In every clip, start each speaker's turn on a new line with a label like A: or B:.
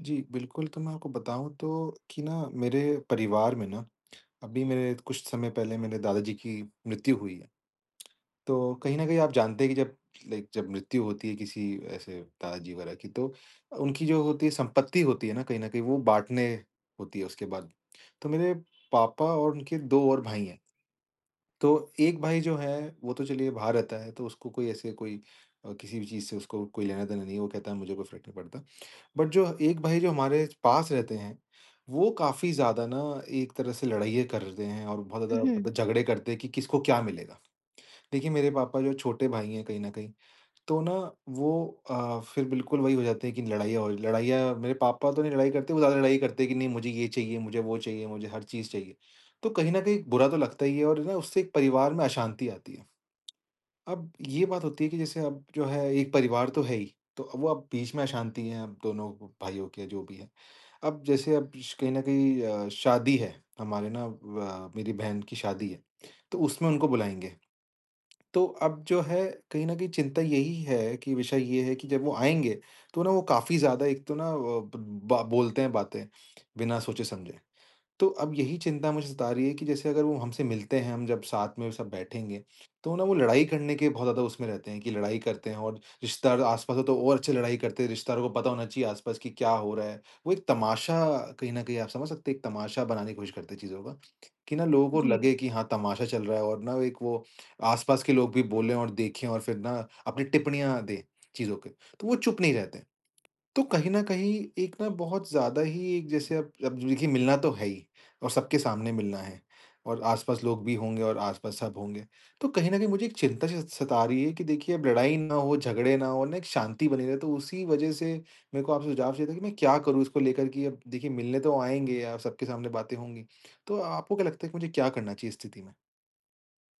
A: जी, बिल्कुल, तो मैं आपको बताऊँ तो कि ना मेरे परिवार में ना अभी मेरे कुछ समय पहले मेरे दादाजी की मृत्यु हुई है। तो कहीं न कहीं आप जानते हैं कि जब लाइक जब मृत्यु होती है किसी ऐसे दादाजी वगैरह की, तो उनकी जो होती है संपत्ति होती है ना, कहीं न कहीं वो बाँटने होती है उसके बाद। तो मेरे पापा और उनके 2 और भाई हैं। तो एक भाई जो है वो तो चलिए बाहर रहता है, तो उसको कोई ऐसे कोई किसी भी चीज़ से उसको कोई लेना-देना नहीं है, वो कहता है मुझे कोई फ़र्क नहीं पड़ता। बट जो एक भाई जो हमारे पास रहते हैं, वो काफ़ी ज़्यादा ना एक तरह से लड़ाइयाँ करते हैं और बहुत ज़्यादा
B: हुँ।
A: मतलब झगड़े करते हैं कि किसको क्या मिलेगा। देखिए मेरे पापा जो छोटे भाई हैं कहीं न कहीं, तो ना वो फिर बिल्कुल वही हो जाते हैं कि लड़ाइयाँ मेरे पापा तो नहीं लड़ाई करते, वो ज़्यादा लड़ाई करते हैं कि नहीं मुझे ये चाहिए, मुझे वो चाहिए, मुझे हर चीज़ चाहिए। तो कहीं न कहीं बुरा तो लगता ही है और ना उससे एक परिवार में अशांति आती है। अब ये बात होती है कि जैसे अब जो है एक परिवार तो है ही, तो अब वो अब बीच में अशांति है, अब दोनों भाइयों के जो भी है। अब जैसे अब श कहीं न कहीं शादी है हमारे ना, व मेरी बहन की शादी है, तो उसमें उनको बुलाएँगे। तो अब जो है कहीं न कहीं चिंता यही है कि विषय ये है कि जब वो आएँगे, तो ना वो काफ़ी ज़्यादा एक तो ना अ, ब बा बोलते हैं बातें, बिना सोचे-समझे। तो अब यही चिंता मुझे सता रही है कि जैसे अगर वो हमसे मिलते हैं, हम जब साथ में सब बैठेंगे, तो ना वो लड़ाई करने के बहुत ज़्यादा उसमें रहते हैं कि लड़ाई करते हैं, और रिश्तेदार आस-पास हो तो और अच्छे लड़ाई करते हैं। रिश्तेदारों को पता होना चाहिए आस-पास कि क्या हो रहा है। वो एक तमाशा, कहीं न कहीं आप समझ सकते हैं, एक तमाशा बनाने की कोशिश करते हैं चीज़ों का, कि ना लोगों को
B: जी,
A: लगे कि हाँ, तमाशा चल रहा है, और ना एक वो आस-पास के लोग भी बोलें और देखें और फिर ना अपनी टिप्पणियाँ दें चीज़ों के। तो वो चुप नहीं रहते हैं। तो कहीं न कहीं एक ना बहुत ज़्यादा ही एक जैसे अब देखिए मिलना तो है ही, और सबके सामने मिलना है, और आस-पास लोग भी होंगे और आस-पास सब होंगे। तो कहीं न कहीं मुझे एक चिंता स सता रही है कि देखिए अब लड़ाई ना हो, झगड़े ना हो, ना एक शांति बनी रहे। तो उसी वज़ह से मेरे को आपसे सुझाव चाहिए था कि मैं क्या करूँ इसको लेकर, कि अब देखिए मिलने तो आएँगे या सबके सामने बातें होंगी। तो आपको क्या लगता है कि मुझे क्या करना चाहिए इस स्थिति में?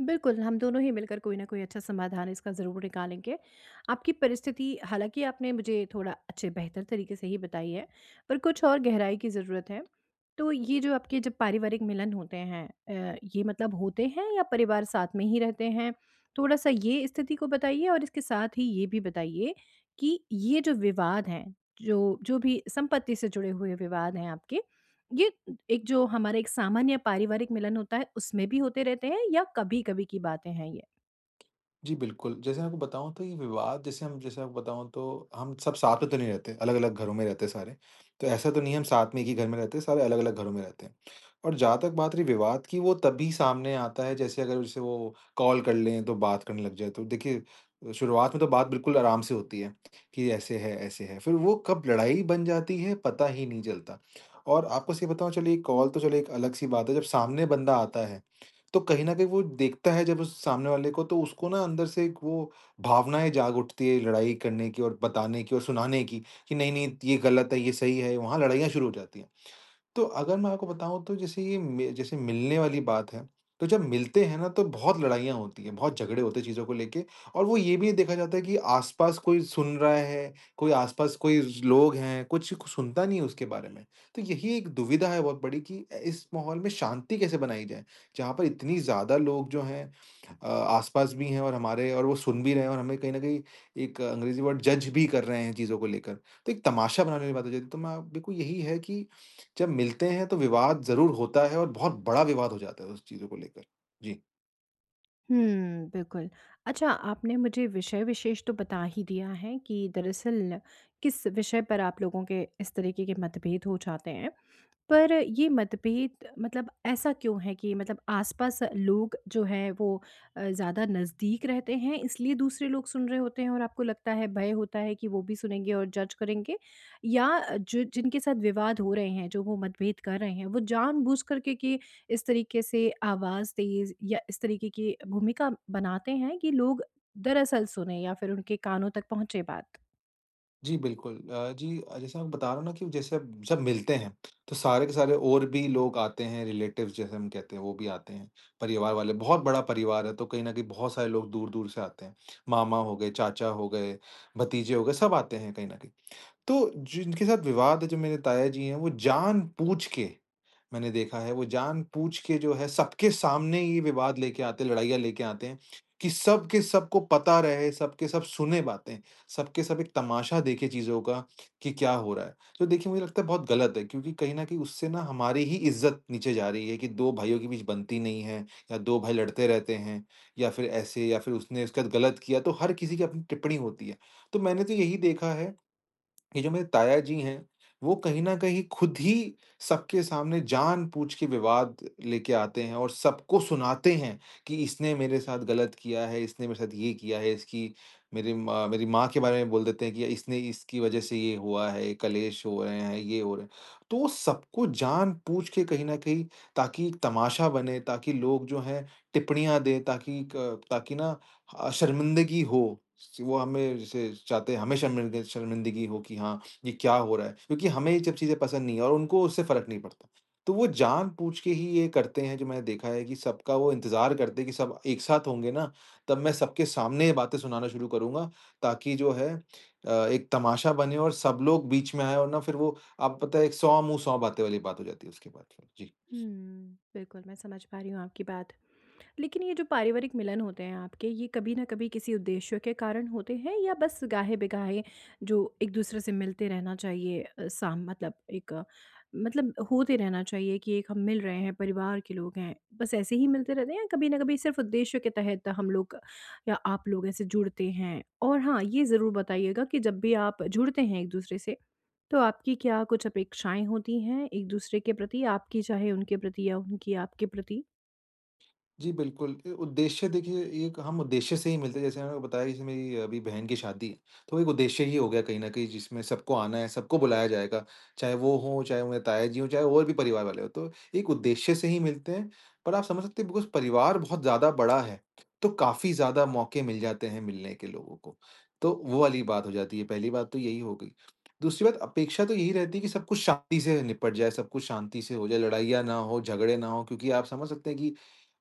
B: बिल्कुल, हम दोनों ही मिलकर कोई न कोई अच्छा समाधान इसका ज़रूर निकालेंगे। आपकी परिस्थिति हालाँकि आपने मुझे थोड़ा अच्छे बेहतर तरीके से ही बताई है, पर कुछ और गहराई की ज़रूरत है। तो ये जो आपके जब पारिवारिक मिलन होते हैं, ये मतलब होते हैं या परिवार साथ में ही रहते हैं? थोड़ा-सा ये स्थिति को बताइए और इसके साथ ही ये भी बताइए कि ये जो विवाद हैं, जो जो भी संपत्ति से जुड़े हुए विवाद हैं आपके, ये एक जो हमारा एक सामान्य पारिवारिक मिलन होता है, उसमें भी होते रहते हैं या कभी-कभी की बातें हैं ये?
A: जी, बिल्कुल। जैसे मैं आपको बताऊँ तो ये विवाद, जैसे आपको बताऊँ तो हम सब साथ में तो नहीं रहते, अलग-अलग घरों में रहते हैं सारे। तो ऐसा तो नहीं है हम साथ में एक ही घर में रहते हैं, सारे अलग-अलग घरों में रहते हैं। और जहाँ तक बात रही विवाद की, वो तभी सामने आता है, जैसे अगर जैसे वो कॉल कर लें तो बात करने लग जाएँ। तो देखिए शुरुआत में तो बात बिल्कुल आराम से होती है, कि ऐसे है, ऐसे है। फिर वो कब लड़ाई बन जाती है पता ही नहीं चलता। और आपको सही बताऊँ चलिए कॉल तो चलो एक अलग-सी बात है, जब सामने बंदा आता है तो कहीं न कहीं वो देखता है, जब उस सामने वाले को, तो उसको ना अंदर से एक वो भावनाएँ जाग उठती है लड़ाई करने की और बताने की और सुनाने की, कि नहीं-नहीं ये गलत है, ये सही है, वहाँ लड़ाइयाँ शुरू हो जाती हैं। तो अगर मैं आपको बताऊँ तो जैसे ये मि जैसे मिलने वाली बात है, तो जब मिलते हैं ना तो बहुत लड़ाइयाँ होती हैं, बहुत झगड़े होते हैं चीज़ों को लेके। और वो ये भी नहीं देखा जाता है कि आस-पास कोई सुन रहा है, कोई आस-पास कोई लोग हैं, कुछ कुछ सुनता नहीं है उसके बारे में। तो यही एक दुविधा है बहुत बड़ी, कि इस माहौल में शांति कैसे बनाई जाए? जहाँ पर इतनी ज़्यादा लोग जो हैं आस-पास भी हैं और हमारे, और वो सुन भी रहे हैं और हमें कहीं न कहीं एक अंग्रेज़ी वर्ड जज भी कर रहे हैं चीज़ों को लेकर। तो एक तमाशा बनाने वाली बात हो जाती है, तो मैं बिल्कुल यही है कि जब मिलते हैं तो विवाद ज़रूर होता है, और बहुत बड़ा विवाद हो जाता है उस चीज़ों को लेकर। जी।
B: हुँ, बिल्कुल। अच्छा, आपने मुझे विषय विशेष तो बता ही दिया है कि दरअसल किस विषय पर आप लोगों के इस तरीके के मतभेद हो जाते हैं। पर ये मतभेद मतलब ऐसा क्यों है कि मतलब आसपास लोग जो हैं वो ज़्यादा नज़दीक रहते हैं इसलिए दूसरे लोग सुन रहे होते हैं और आपको लगता है भय होता है कि वो भी सुनेंगे और जज करेंगे, या जो जिनके साथ विवाद हो रहे हैं जो वो मतभेद कर रहे हैं वो जानबूझ करके कि इस तरीके से आवाज़ तेज़ या इस तरीके की भूमिका बनाते हैं कि लोग दरअसल सुने या फिर उनके कानों तक पहुंचे बात।
A: जी, बिल्कुल। जी, जैसे मैं बता रहा हूँ ना, कि जैसे अब जब मिलते हैं, तो सारे के सारे और भी लोग आते हैं, रिलेटिव्स जैसे हम कहते हैं, वो भी आते हैं। परिवार वाले बहुत बड़ा परिवार है, तो कहीं न कहीं बहुत सारे लोग दूर-दूर से आते हैं। मामा हो गए, चाचा हो गए, भतीजे हो गए, सब आते हैं कहीं न कहीं। तो जिनके साथ विवाद है, जो मेरे ताया जी हैं, वो जानबूझ के, मैंने देखा है, वो जानबूझ के जो है सबके सामने ये विवाद लेके आते हैं, लड़ाइयाँ लेके आते हैं, कि सब के सबको पता रहे, सब के सब सुने बातें, सब के सब एक तमाशा देखें चीज़ों का कि क्या हो रहा है। तो देखिए मुझे लगता है बहुत गलत है, क्योंकि कहीं न कहीं उससे ना हमारी ही इज़्ज़त नीचे जा रही है, कि 2 भाइयों के बीच बनती नहीं है, या 2 भाई लड़ते रहते हैं, या फिर ऐसे, या फिर उसने उसके साथ गलत किया, तो हर किसी की अपनी टिप्पणी होती है। तो मैंने तो यही देखा है, ये जो मेरे ताया जी हैं, वो कहीं न कहीं खुद ही सबके सामने जानबूझ के विवाद लेके आते हैं और सबको सुनाते हैं, कि इसने मेरे साथ गलत किया है, इसने मेरे साथ ये किया है, इसकी मेरी माँ के बारे में बोल देते हैं, कि इसने, इसकी वज़ह से ये हुआ है, कलेश हो रहे हैं, ये हो रहे हैं। तो वो सबको जानबूझ के, कहीं न कहीं, ताकि एक तमाशा बने, ताकि लोग जो हैं टिप्पणियाँ दें, ताकि ना शर्मिंदगी हो, वो हमें जैसे चाहते हैं हमें शर्मिंदगी शर्मिंदगी हो कि हाँ, ये क्या हो रहा है? क्योंकि हमें ये सब चीज़ें पसंद नहीं है और उनको उससे फ़र्क नहीं पड़ता। तो वो जानबूझ के ही ये करते हैं, जो मैंने देखा है, कि सबका वो इंतज़ार करते हैं, कि सब एक साथ होंगे ना, तब मैं सबके सामने ये बातें सुनाना शुरू करूँगा, ताकि जो है एक तमाशा बने और सब लोग बीच में आएँ, और ना फिर वो आप पता है 100 मुँह 100 बातें वाली बात हो जाती है उसके बाद फिर। जी।
B: हुँ, बिल्कुल मैं समझ पा रही हूँ आपकी बात। लेकिन ये जो पारिवारिक मिलन होते हैं आपके, ये कभी ना कभी किसी उद्देश्य के कारण होते हैं या बस गाहे-बेगाहे जो एक-दूसरे से मिलते रहना चाहिए, साम मतलब मतलब होते रहना चाहिए कि एक हम मिल रहे हैं, परिवार के लोग हैं, बस ऐसे ही मिलते रहते हैं या कभी ना कभी सिर्फ उद्देश्य के तहत हम लोग या आप लोग ऐसे जुड़ते हैं? और हाँ, ये ज़रूर बताइएगा कि जब भी आप जुड़ते हैं एक-दूसरे से, तो आपकी क्या कुछ अपेक्षाएँ होती हैं एक-दूसरे के प्रति, आपकी चाहे उनके प्रति या उनकी आपके प्रति?
A: जी, बिल्कुल। उद्देश्य देखिए एक हम उद्देश्य से ही मिलते हैं। जैसे मैंने आपको बताया, जैसे मेरी अभी बहन की शादी है, तो एक उद्देश्य ही हो गया कहीं न कहीं, जिसमें सबको आना है, सबको बुलाया जाएगा। चाहे वो हों, चाहे वो मेरे ताया जी हों, चाहे और भी परिवार वाले हों। तो एक उद्देश्य से ही मिलते हैं, पर आप समझ सकते हैं बिकॉज़ परिवार बहुत ज़्यादा बड़ा है, तो काफ़ी ज़्यादा मौके मिल जाते हैं मिलने के लोगों को। तो वो वाली बात हो जाती है, पहली बात तो यही हो गई। दूसरी बात, अपेक्षा तो यही रहती है कि सब कुछ शांति से निपट जाए, सब कुछ शांति से हो जाए, लड़ाइयाँ ना हो, झगड़े ना हो, क्योंकि आप समझ सकते हैं कि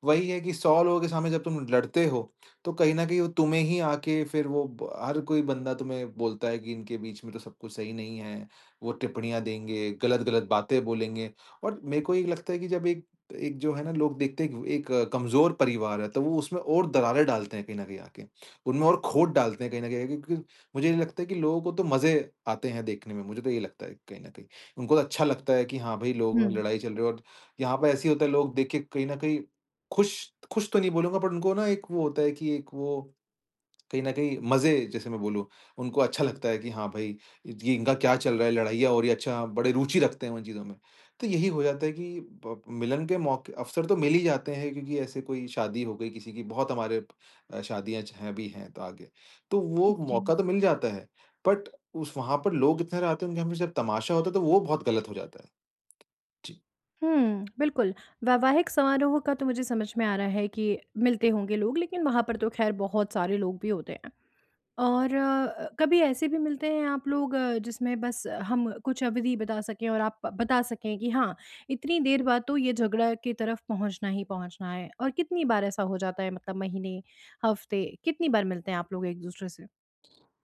A: वही है, कि 100 लोगों के सामने जब तुम लड़ते हो, तो कहीं न कहीं वो तुम्हें ही आके फिर वो ब हर कोई बंदा तुम्हें बोलता है, कि इनके बीच में तो सब कुछ सही नहीं है। वो टिप्पणियाँ देंगे, गलत-गलत बातें बोलेंगे, और मेरे को ये लगता है कि जब एक एक जो है ना, लोग देखते हैं कि एक कमज़ोर परिवार है, तो वो उसमें और दरारें डालते हैं कहीं न कहीं आके। उनमें और खोट डालते हैं कहीं न कहीं आके, क्योंकि मुझे ये लगता है कि लोगों को तो मज़े आते हैं देखने में, मुझे तो ये लगता है कहीं न कहीं। उनको तो अच्छा लगता है कि हाँ, भई लोगों में
B: हुँ,
A: लड़ाई चल रही है, और यहाँ पे ऐसे ही होता है, लोग देख के कहीं न कहीं खुश, खुश तो नहीं बोलूँगा, बट उनको ना एक वो होता है कि एक वो कहीं न कहीं मज़े, जैसे मैं बोलूँ, उनको अच्छा लगता है कि हाँ भाई, ये इनका क्या चल रहा है, लड़ाइयाँ हो रही है, अच्छा बड़े रुचि रखते हैं उन चीज़ों में। तो यही हो जाता है कि ब मिलन के मौके अवसर तो मिल ही जाते हैं, क्योंकि ऐसे कोई शादी हो गई किसी की, बहुत हमारे शादियाँ ज हैं भी हैं तो आगे। तो वो जी।
B: जी।
A: मौका तो मिल जाता है, बट उस वहाँ पर लोग इतने रहते हैं उनके, हमेशा जब तमाशा होता है तो वो बहुत गलत हो जाता है। जी।
B: हुँ, बिल्कुल। वैवाहिक समारोह का तो मुझे समझ में आ रहा है कि मिलते होंगे लोग, लेकिन वहाँ पर तो ख़ैर बहुत सारे लोग भी होते हैं। और कभी ऐसे भी मिलते हैं आप लोग, जिसमें बस हम कुछ अवधि बता सकें और आप बता सकें कि हाँ, इतनी देर बाद तो ये झगड़ा की तरफ पहुँचना ही पहुँचना है और कितनी बार ऐसा हो जाता है, मतलब महीने, हफ़्ते, कितनी बार मिलते हैं आप लोग एक-दूसरे से?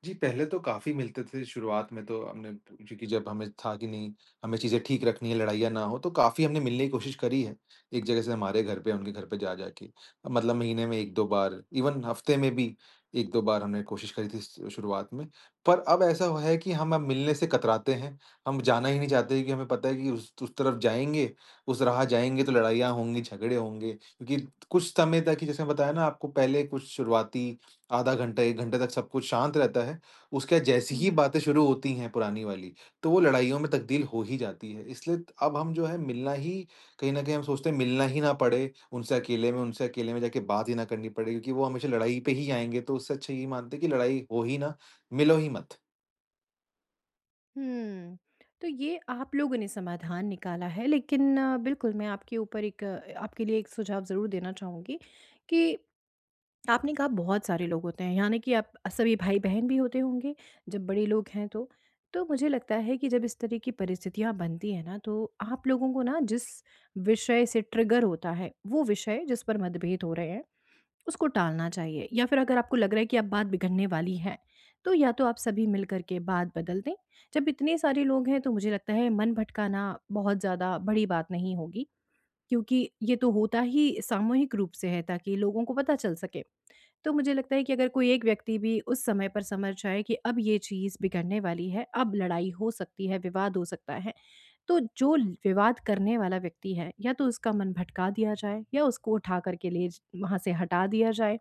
A: जी, पहले तो काफ़ी मिलते थे शुरुआत में तो हमने, क्योंकि जब हमें था कि नहीं, हमें चीज़ें ठीक रखनी है, लड़ाइयाँ ना हो, तो काफ़ी हमने मिलने की कोशिश करी है। एक जगह से हमारे घर पे, उनके घर पे जा-जा के। मतलब महीने में 1-2 बार, इवन हफ़्ते में भी 1-2 बार हमने कोशिश करी थी स शुरुआत में। पर अब ऐसा हुआ है कि हम अब मिलने से कतराते हैं, हम जाना ही नहीं चाहते, क्योंकि हमें पता है कि उस तरफ जाएँगे, उस राह जाएँगे तो लड़ाइयाँ होंगी, झगड़े होंगे। क्योंकि कुछ समय तक ही, जैसे बताया ना आपको, पहले कुछ शुरुआती आधा घंटा, 1 घंटे तक सब कुछ शांत रहता है। उसके बाद जैसी ही बातें शुरू होती हैं पुरानी वाली, तो वो लड़ाइयों में तब्दील हो ही जाती है। इसलिए अब हम जो है मिलना ही, कहीं न कहीं हम सोचते हैं मिलना ही ना पड़े, उनसे अकेले में जाके बात ही ना करनी पड़े, क्योंकि वो हमेशा लड़ाई पे ही आएँगे, तो उससे अच्छा ये मानते हैं कि लड़ाई हो ही ना, मिलो ही मत।
B: हम्म, तो ये आप लोगों ने समाधान निकाला है, लेकिन बिल्कुल मैं आपके ऊपर आपके लिए एक सुझाव ज़रूर देना चाहूँगी कि आपने कहा बहुत सारे लोग होते हैं, यानी कि आप सभी भाई बहन भी होते होंगे। जब बड़े लोग हैं तो मुझे लगता है कि जब इस तरह की परिस्थितियाँ बनती हैं ना, तो आप लोगों को ना जिस विषय से ट्रिगर होता है वो विषय जिस पर मतभेद हो रहे हैं उसको टालना चाहिए, या फिर अगर आपको लग रहा है कि अब बात बिगड़ने वाली है तो या तो आप सभी मिल करके बात बदल दें। जब इतने सारे लोग हैं तो मुझे लगता है मन भटकाना बहुत ज़्यादा बड़ी बात नहीं होगी क्योंकि ये तो होता ही सामूहिक रूप से है ताकि लोगों को पता चल सके। तो मुझे लगता है कि अगर कोई एक व्यक्ति भी उस समय पर समझ जाए कि अब ये चीज़ बिगड़ने वाली है, अब लड़ाई हो सकती है, विवाद हो सकता है, तो जो विवाद करने वाला व्यक्ति है या तो उसका मन भटका दिया जाए या उसको उठा करके वहाँ से हटा दिया जाए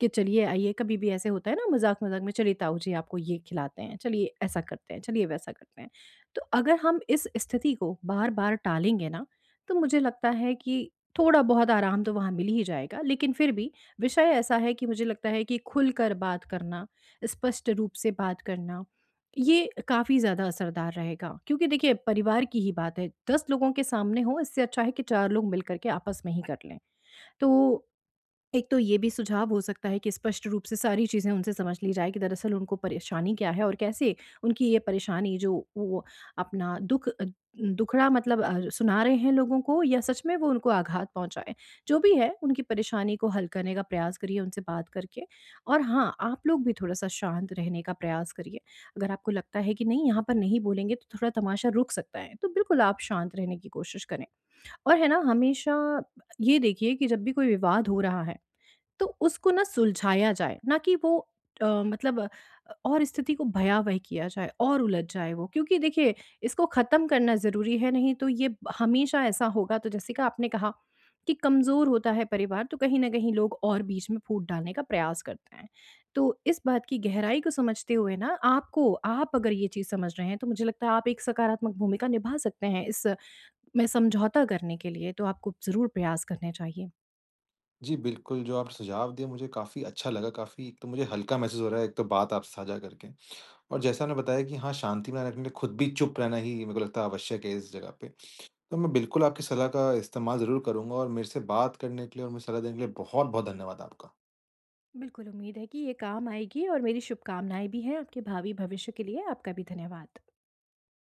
B: कि चलिए आइए। कभी भी ऐसे होता है ना मज़ाक-मज़ाक में, चलिए ताऊ जी आपको ये खिलाते हैं, चलिए ऐसा करते हैं, चलिए वैसा करते हैं। तो अगर हम इस स्थिति को बार-बार टालेंगे ना, तो मुझे लगता है कि थोड़ा-बहुत आराम तो वहाँ मिल ही जाएगा, लेकिन फिर भी विषय ऐसा है कि मुझे लगता है कि खुलकर बात करना, स्पष्ट रूप से बात करना, ये काफ़ी ज़्यादा असरदार रहेगा। क्योंकि देखिए परिवार की ही बात है, 10 लोगों के सामने हो इससे अच्छा है कि 4 लोग मिल कर के आपस में ही कर लें। तो एक तो ये भी सुझाव हो सकता है कि स्पष्ट रूप से सारी चीज़ें उनसे समझ ली जाए कि दरअसल उनको परेशानी क्या है और कैसे उनकी ये परेशानी जो वो अपना दुखड़ा सुना रहे हैं लोगों को या सच में वो उनको आघात पहुंचाए। जो भी है उनकी परेशानी को हल करने का प्रयास करिए उनसे बात करके। और हाँ, आप लोग भी थोड़ा सा शांत रहने का प्रयास करिए। अगर आपको लगता है कि नहीं यहाँ पर नहीं बोलेंगे तो थोड़ा तमाशा रुक सकता है, तो बिल्कुल आप शांत रहने की कोशिश करें। और है ना, हमेशा ये देखिए कि जब भी कोई विवाद हो रहा है तो उसको ना सुलझाया जाए, ना कि वो, अ, मतलब अ, और स्थिति को भयावह किया जाए और उलझ जाए वो। क्योंकि देखिए इसको ख़त्म करना ज़रूरी है, नहीं तो ये हमेशा ऐसा होगा, तो जैसे कि आपने कहा कि कमज़ोर होता है परिवार तो कहीं न कहीं लोग और बीच में फूट डालने का प्रयास करते हैं। तो इस बात की गहराई को समझते हुए ना आपको, आप अगर ये चीज़ समझ रहे हैं, तो मुझे लगता है आप एक सकारात्मक भूमिका निभा सकते हैं इस में समझौता करने के लिए, तो आपको ज़रूर प्रयास करने चाहिए।
A: जी, बिल्कुल, जो आपने सुझाव दिए मुझे काफ़ी अच्छा लगा, काफ़ी, एक तो मुझे हल्का महसूस हो रहा है, एक तो बात आपसे साझा करके, और जैसा आपने बताया कि हाँ, शांति बनाए रखने के लिए खुद भी चुप रहना ही मेरे को लगता है आवश्यक है इस जगह पे। तो मैं बिल्कुल आपकी सलाह का इस्तेमाल ज़रूर करूँगा, और मेरे से बात करने के लिए और मुझे सलाह देने के लिए बहुत बहुत धन्यवाद आपका।
B: बिल्कुल, उम्मीद है कि ये काम आएगी और मेरी शुभकामनाएँ भी हैं आपके भावी भविष्य के लिए। आपका भी धन्यवाद।